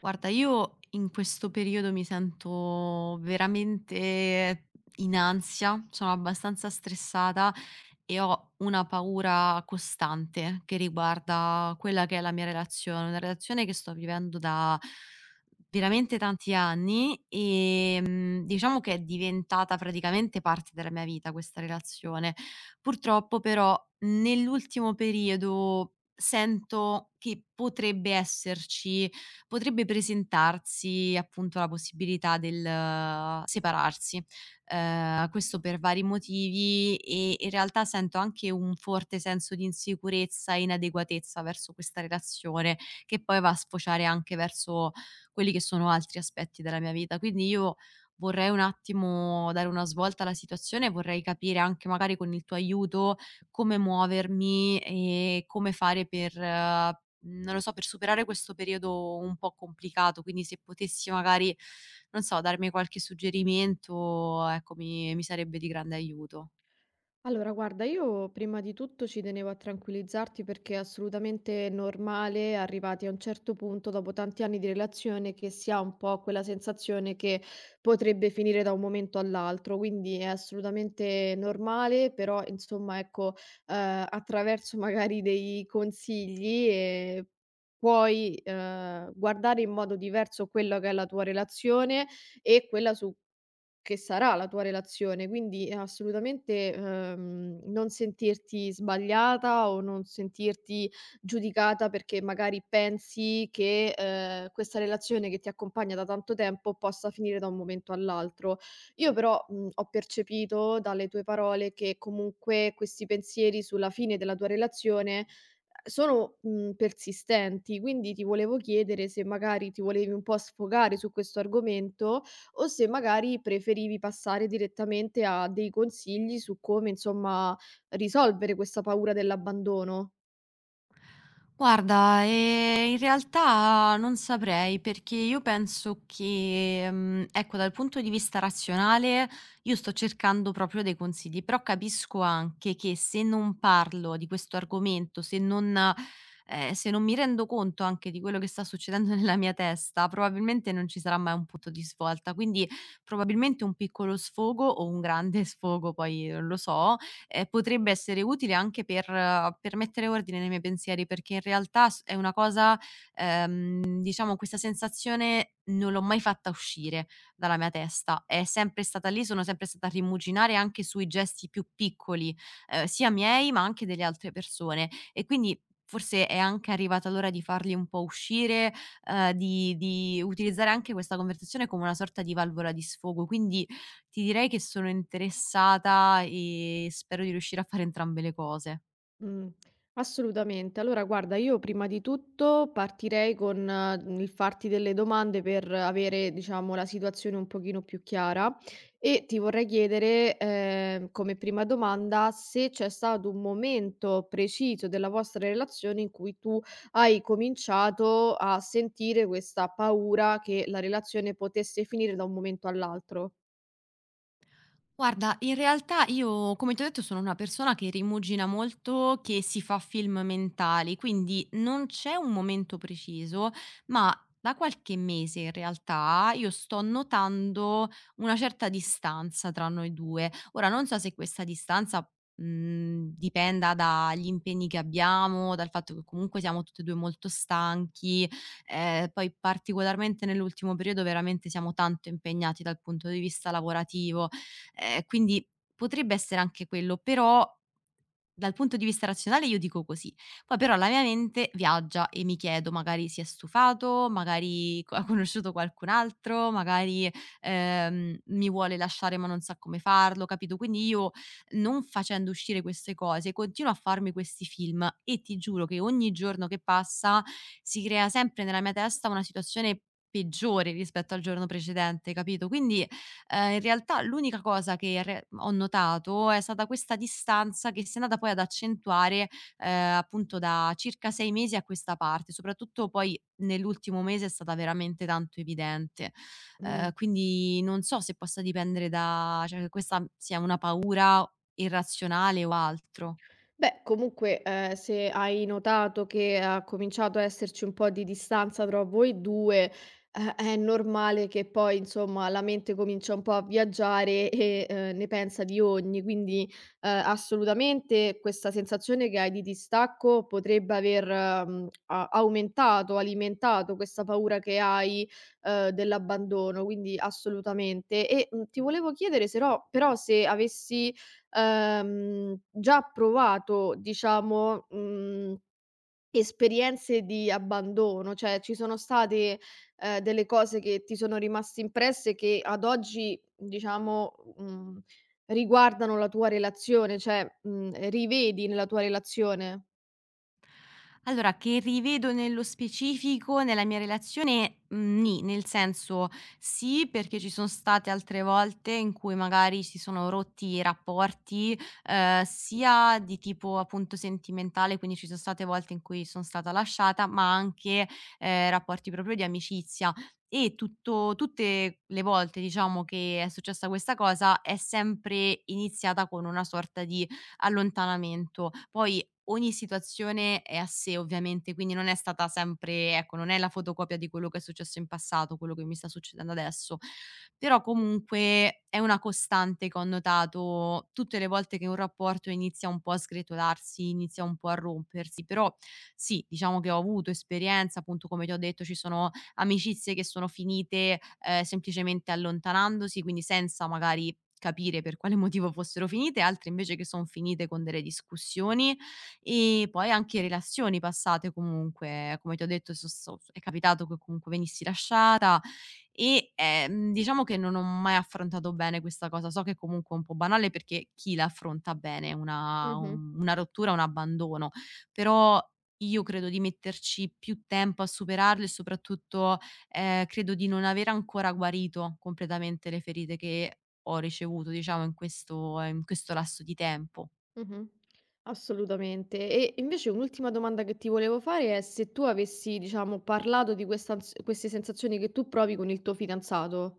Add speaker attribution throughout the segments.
Speaker 1: Guarda, io in questo periodo mi sento veramente in ansia, sono abbastanza stressata e ho una paura costante che riguarda quella che è la mia relazione, una relazione che sto vivendo da veramente tanti anni e diciamo che è diventata praticamente parte della mia vita questa relazione. Purtroppo però nell'ultimo periodo sento che potrebbe presentarsi appunto la possibilità del separarsi, questo per vari motivi e in realtà sento anche un forte senso di insicurezza e inadeguatezza verso questa relazione, che poi va a sfociare anche verso quelli che sono altri aspetti della mia vita. Quindi io vorrei un attimo dare una svolta alla situazione, vorrei capire anche magari con il tuo aiuto come muovermi e come fare per non lo so, per superare questo periodo un po' complicato, quindi se potessi magari, non so, darmi qualche suggerimento, ecco, mi sarebbe di grande aiuto.
Speaker 2: Allora, guarda, io prima di tutto ci tenevo a tranquillizzarti perché è assolutamente normale, arrivati a un certo punto, dopo tanti anni di relazione, che si ha un po' quella sensazione che potrebbe finire da un momento all'altro. Quindi è assolutamente normale, però insomma, ecco, attraverso magari dei consigli eh, puoi guardare in modo diverso quello che è la tua relazione e quella su che sarà la tua relazione, quindi assolutamente, non sentirti sbagliata o non sentirti giudicata perché magari pensi che, questa relazione che ti accompagna da tanto tempo possa finire da un momento all'altro. Io però, ho percepito dalle tue parole che comunque questi pensieri sulla fine della tua relazione, sono, persistenti, quindi ti volevo chiedere se magari ti volevi un po' sfogare su questo argomento o se magari preferivi passare direttamente a dei consigli su come, insomma, risolvere questa paura dell'abbandono.
Speaker 1: Guarda, in realtà non saprei, perché io penso che, ecco, dal punto di vista razionale io sto cercando proprio dei consigli, però capisco anche che se non parlo di questo argomento, se non mi rendo conto anche di quello che sta succedendo nella mia testa, probabilmente non ci sarà mai un punto di svolta. Quindi probabilmente un piccolo sfogo o un grande sfogo, poi non lo so, potrebbe essere utile anche per mettere ordine nei miei pensieri, perché in realtà s è una cosa diciamo questa sensazione non l'ho mai fatta uscire dalla mia testa, è sempre stata lì, sono sempre stata a rimuginare anche sui gesti più piccoli, sia miei ma anche delle altre persone e quindi forse è anche arrivata l'ora di farli un po' uscire, di utilizzare anche questa conversazione come una sorta di valvola di sfogo. Quindi, ti direi che sono interessata e spero di riuscire a fare entrambe le cose.
Speaker 2: Mh, assolutamente. Allora guarda, io prima di tutto partirei con, il farti delle domande per avere, diciamo, la situazione un pochino più chiara e ti vorrei chiedere, come prima domanda, se c'è stato un momento preciso della vostra relazione in cui tu hai cominciato a sentire questa paura che la relazione potesse finire da un momento all'altro.
Speaker 1: Guarda, in realtà io, come ti ho detto, sono una persona che rimugina molto, che si fa film mentali, quindi non c'è un momento preciso, ma da qualche mese in realtà io sto notando una certa distanza tra noi due. Ora, non so se questa distanza, dipenda dagli impegni che abbiamo, dal fatto che comunque siamo tutti e 2 molto stanchi, poi particolarmente nell'ultimo periodo veramente siamo tanto impegnati dal punto di vista lavorativo. Quindi potrebbe essere anche quello, però dal punto di vista razionale io dico così. Poi però la mia mente viaggia e mi chiedo: magari si è stufato, magari co ha conosciuto qualcun altro, magari, mi vuole lasciare ma non sa come farlo, capito? Quindi io, non facendo uscire queste cose, continuo a farmi questi film e ti giuro che ogni giorno che passa si crea sempre nella mia testa una situazione peggiore rispetto al giorno precedente, capito? In realtà l'unica cosa che re ho notato è stata questa distanza che si è andata poi ad accentuare, appunto da circa 6 mesi a questa parte, soprattutto poi nell'ultimo mese è stata veramente tanto evidente.
Speaker 2: Mh.
Speaker 1: Quindi non so se possa dipendere da cioè che questa sia una paura irrazionale o altro.
Speaker 2: Beh, comunque, se hai notato che ha cominciato a esserci un po' di distanza tra voi 2, è normale che poi, insomma, la mente comincia un po' a viaggiare e, ne pensa di ogni. Quindi, assolutamente questa sensazione che hai di distacco potrebbe aver, alimentato questa paura che hai, dell'abbandono, quindi assolutamente. E, ti volevo chiedere serò però se avessi già provato, diciamo, esperienze di abbandono, cioè ci sono state, delle cose che ti sono rimaste impresse che ad oggi, diciamo, riguardano la tua relazione, cioè, rivedi nella tua relazione?
Speaker 1: Allora, che rivedo nello specifico nella mia relazione, nì, nel senso sì, perché ci son state altre volte in cui magari si sono rotti i rapporti, sia di tipo appunto sentimentale, quindi ci son state volte in cui son stata lasciata, ma anche, rapporti proprio di amicizia. E tutto tutte le volte diciamo che è successa questa cosa, è sempre iniziata con una sorta di allontanamento. Poi ogni situazione è a sé ovviamente, quindi non è stata sempre ecco, non è la fotocopia di quello che è successo in passato, quello che mi sta succedendo adesso, però comunque è una costante che ho notato tutte le volte che un rapporto inizia un po' a sgretolarsi, inizia un po' a rompersi, però sì, diciamo che ho avuto esperienza, appunto come ti ho detto ci sono amicizie che sono finite, semplicemente allontanandosi, quindi senza magari capire per quale motivo fossero finite, altre invece che son finite con delle discussioni e poi anche relazioni passate comunque, come ti ho detto è capitato che comunque venissi lasciata e, diciamo che non ho mai affrontato bene questa cosa. So che comunque è un po' banale perché chi la affronta bene una
Speaker 2: Mh-mh,
Speaker 1: un una rottura, un abbandono, però io credo di metterci più tempo a superarlo e soprattutto, credo di non aver ancora guarito completamente le ferite che ho ricevuto, diciamo, in questo lasso di tempo.
Speaker 2: mh-mh. Assolutamente. E invece un'ultima domanda che ti volevo fare è se tu avessi, diciamo, parlato di questa ans queste sensazioni che tu provi con il tuo fidanzato.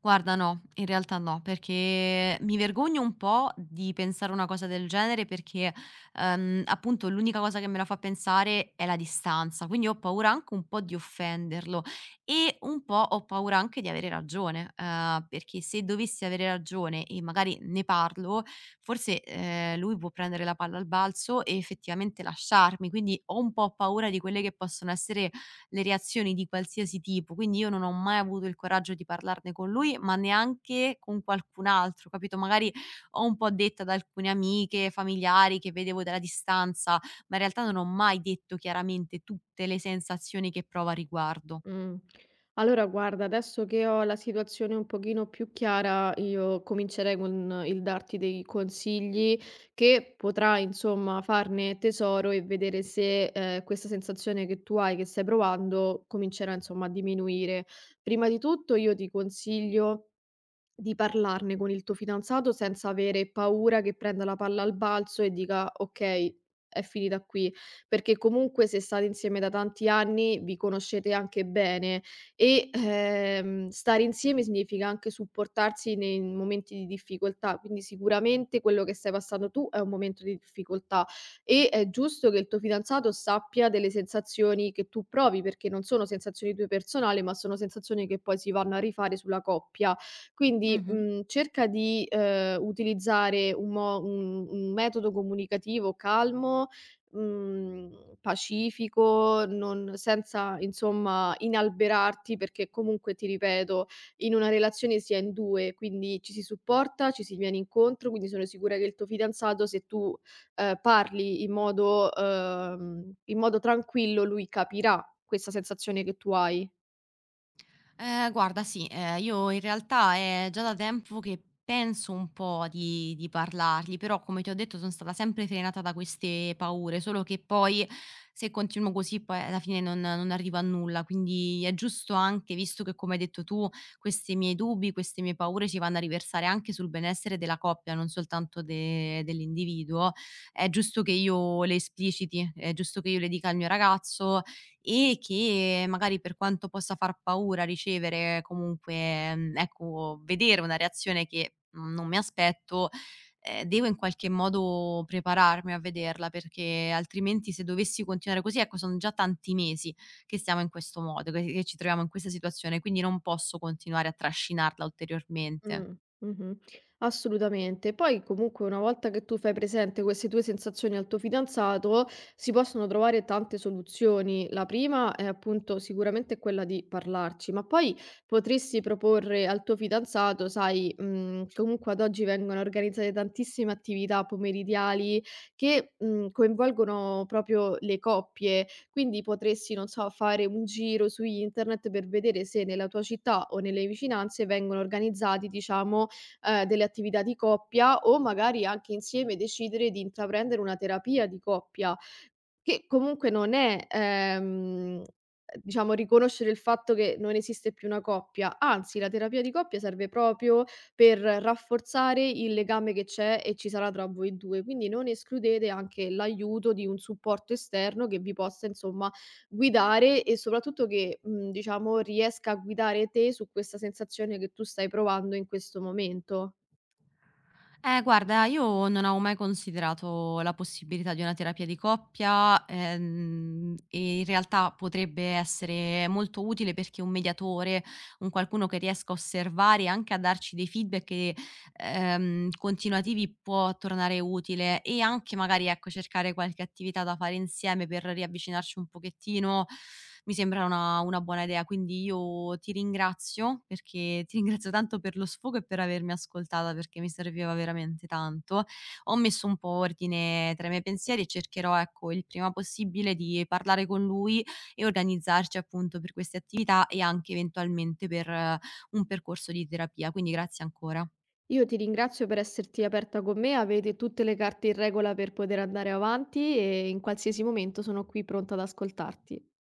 Speaker 1: Guarda no, in realtà no, perché mi vergogno un po' di pensare una cosa del genere perché, appunto l'unica cosa che me la fa pensare è la distanza, quindi ho paura anche un po' di offenderlo e un po' ho paura anche di avere ragione, perché se dovessi avere ragione e magari ne parlo, forse, lui può prendere la palla al balzo e effettivamente lasciarmi, quindi ho un po' paura di quelle che possono essere le reazioni di qualsiasi tipo, quindi io non ho mai avuto il coraggio di parlarne con lui, ma neanche con qualcun altro, capito? Magari ho un po' detto ad alcune amiche, familiari che vedevo dalla distanza, ma in realtà non ho mai detto chiaramente tutte le sensazioni che provo a riguardo.
Speaker 2: Mh. Allora guarda, adesso che ho la situazione un pochino più chiara, io comincerei con il darti dei consigli che potrai insomma farne tesoro e vedere se, questa sensazione che tu hai, che stai provando, comincerà insomma a diminuire. Prima di tutto io ti consiglio di parlarne con il tuo fidanzato senza avere paura che prenda la palla al balzo e dica: "Okay, è finita qui". Perché comunque se state insieme da tanti anni vi conoscete anche bene e, stare insieme significa anche supportarsi nei momenti di difficoltà, quindi sicuramente quello che stai passando tu è un momento di difficoltà e è giusto che il tuo fidanzato sappia delle sensazioni che tu provi, perché non sono sensazioni tue personali, ma sono sensazioni che poi si vanno a rifare sulla coppia. Quindi,
Speaker 1: Mh-mh.
Speaker 2: cerca di, utilizzare un mo un metodo comunicativo calmo, pacifico, non senza insomma inalberarti, perché comunque ti ripeto, in una relazione si è in 2, quindi ci si supporta, ci si viene incontro, quindi sono sicura che il tuo fidanzato se tu, parli in modo tranquillo, lui capirà questa sensazione che tu hai.
Speaker 1: Guarda sì, io in realtà è già da tempo che penso un po' di parlargli, però come ti ho detto son stata sempre frenata da queste paure, solo che poi se continuo così poi alla fine non arrivo a nulla. Quindi è giusto anche, visto che come hai detto tu, questi miei dubbi, queste mie paure si vanno a riversare anche sul benessere della coppia, non soltanto de dell'individuo, è giusto che io le espliciti, è giusto che io le dica al mio ragazzo, e che magari per quanto possa far paura ricevere comunque, ecco, vedere una reazione che non mi aspetto, devo in qualche modo prepararmi a vederla, perché altrimenti se dovessi continuare così, ecco, son già tanti mesi che stiamo in questo modo, che ci troviamo in questa situazione, quindi non posso continuare a trascinarla ulteriormente.
Speaker 2: Mh, mh-mh. Assolutamente. Poi comunque una volta che tu fai presente queste tue sensazioni al tuo fidanzato, si possono trovare tante soluzioni. La prima è appunto sicuramente quella di parlarci, ma poi potresti proporre al tuo fidanzato, sai, comunque ad oggi vengono organizzate tantissime attività pomeridiali che, coinvolgono proprio le coppie. Quindi potresti, non so, fare un giro su internet per vedere se nella tua città o nelle vicinanze vengono organizzati, diciamo, delle attività di coppia o magari anche insieme decidere di intraprendere una terapia di coppia. Che comunque non è, uhm, diciamo riconoscere il fatto che non esiste più una coppia, anzi la terapia di coppia serve proprio per rafforzare il legame che c'è e ci sarà tra voi 2, quindi non escludete anche l'aiuto di un supporto esterno che vi possa insomma guidare e soprattutto che, diciamo riesca a guidare te su questa sensazione che tu stai provando in questo momento.
Speaker 1: Guarda, io non avevo mai considerato la possibilità di una terapia di coppia, e in realtà potrebbe essere molto utile perché un mediatore, un qualcuno che riesca a osservare e anche a darci dei feedback e continuativi può tornare utile e anche magari, ecco, cercare qualche attività da fare insieme per riavvicinarci un pochettino, mi sembra una buona idea. Quindi io ti ringrazio perché ti ringrazio tanto per lo sfogo e per avermi ascoltata, perché mi serviva veramente tanto. Ho messo un po' ordine tra i miei pensieri e cercherò, ecco, il prima possibile di parlare con lui e organizzarci appunto per queste attività e anche eventualmente per un percorso di terapia. Quindi grazie ancora.
Speaker 2: Io ti ringrazio per esserti aperta con me, avete tutte le carte in regola per poter andare avanti e in qualsiasi momento sono qui pronta ad ascoltarti.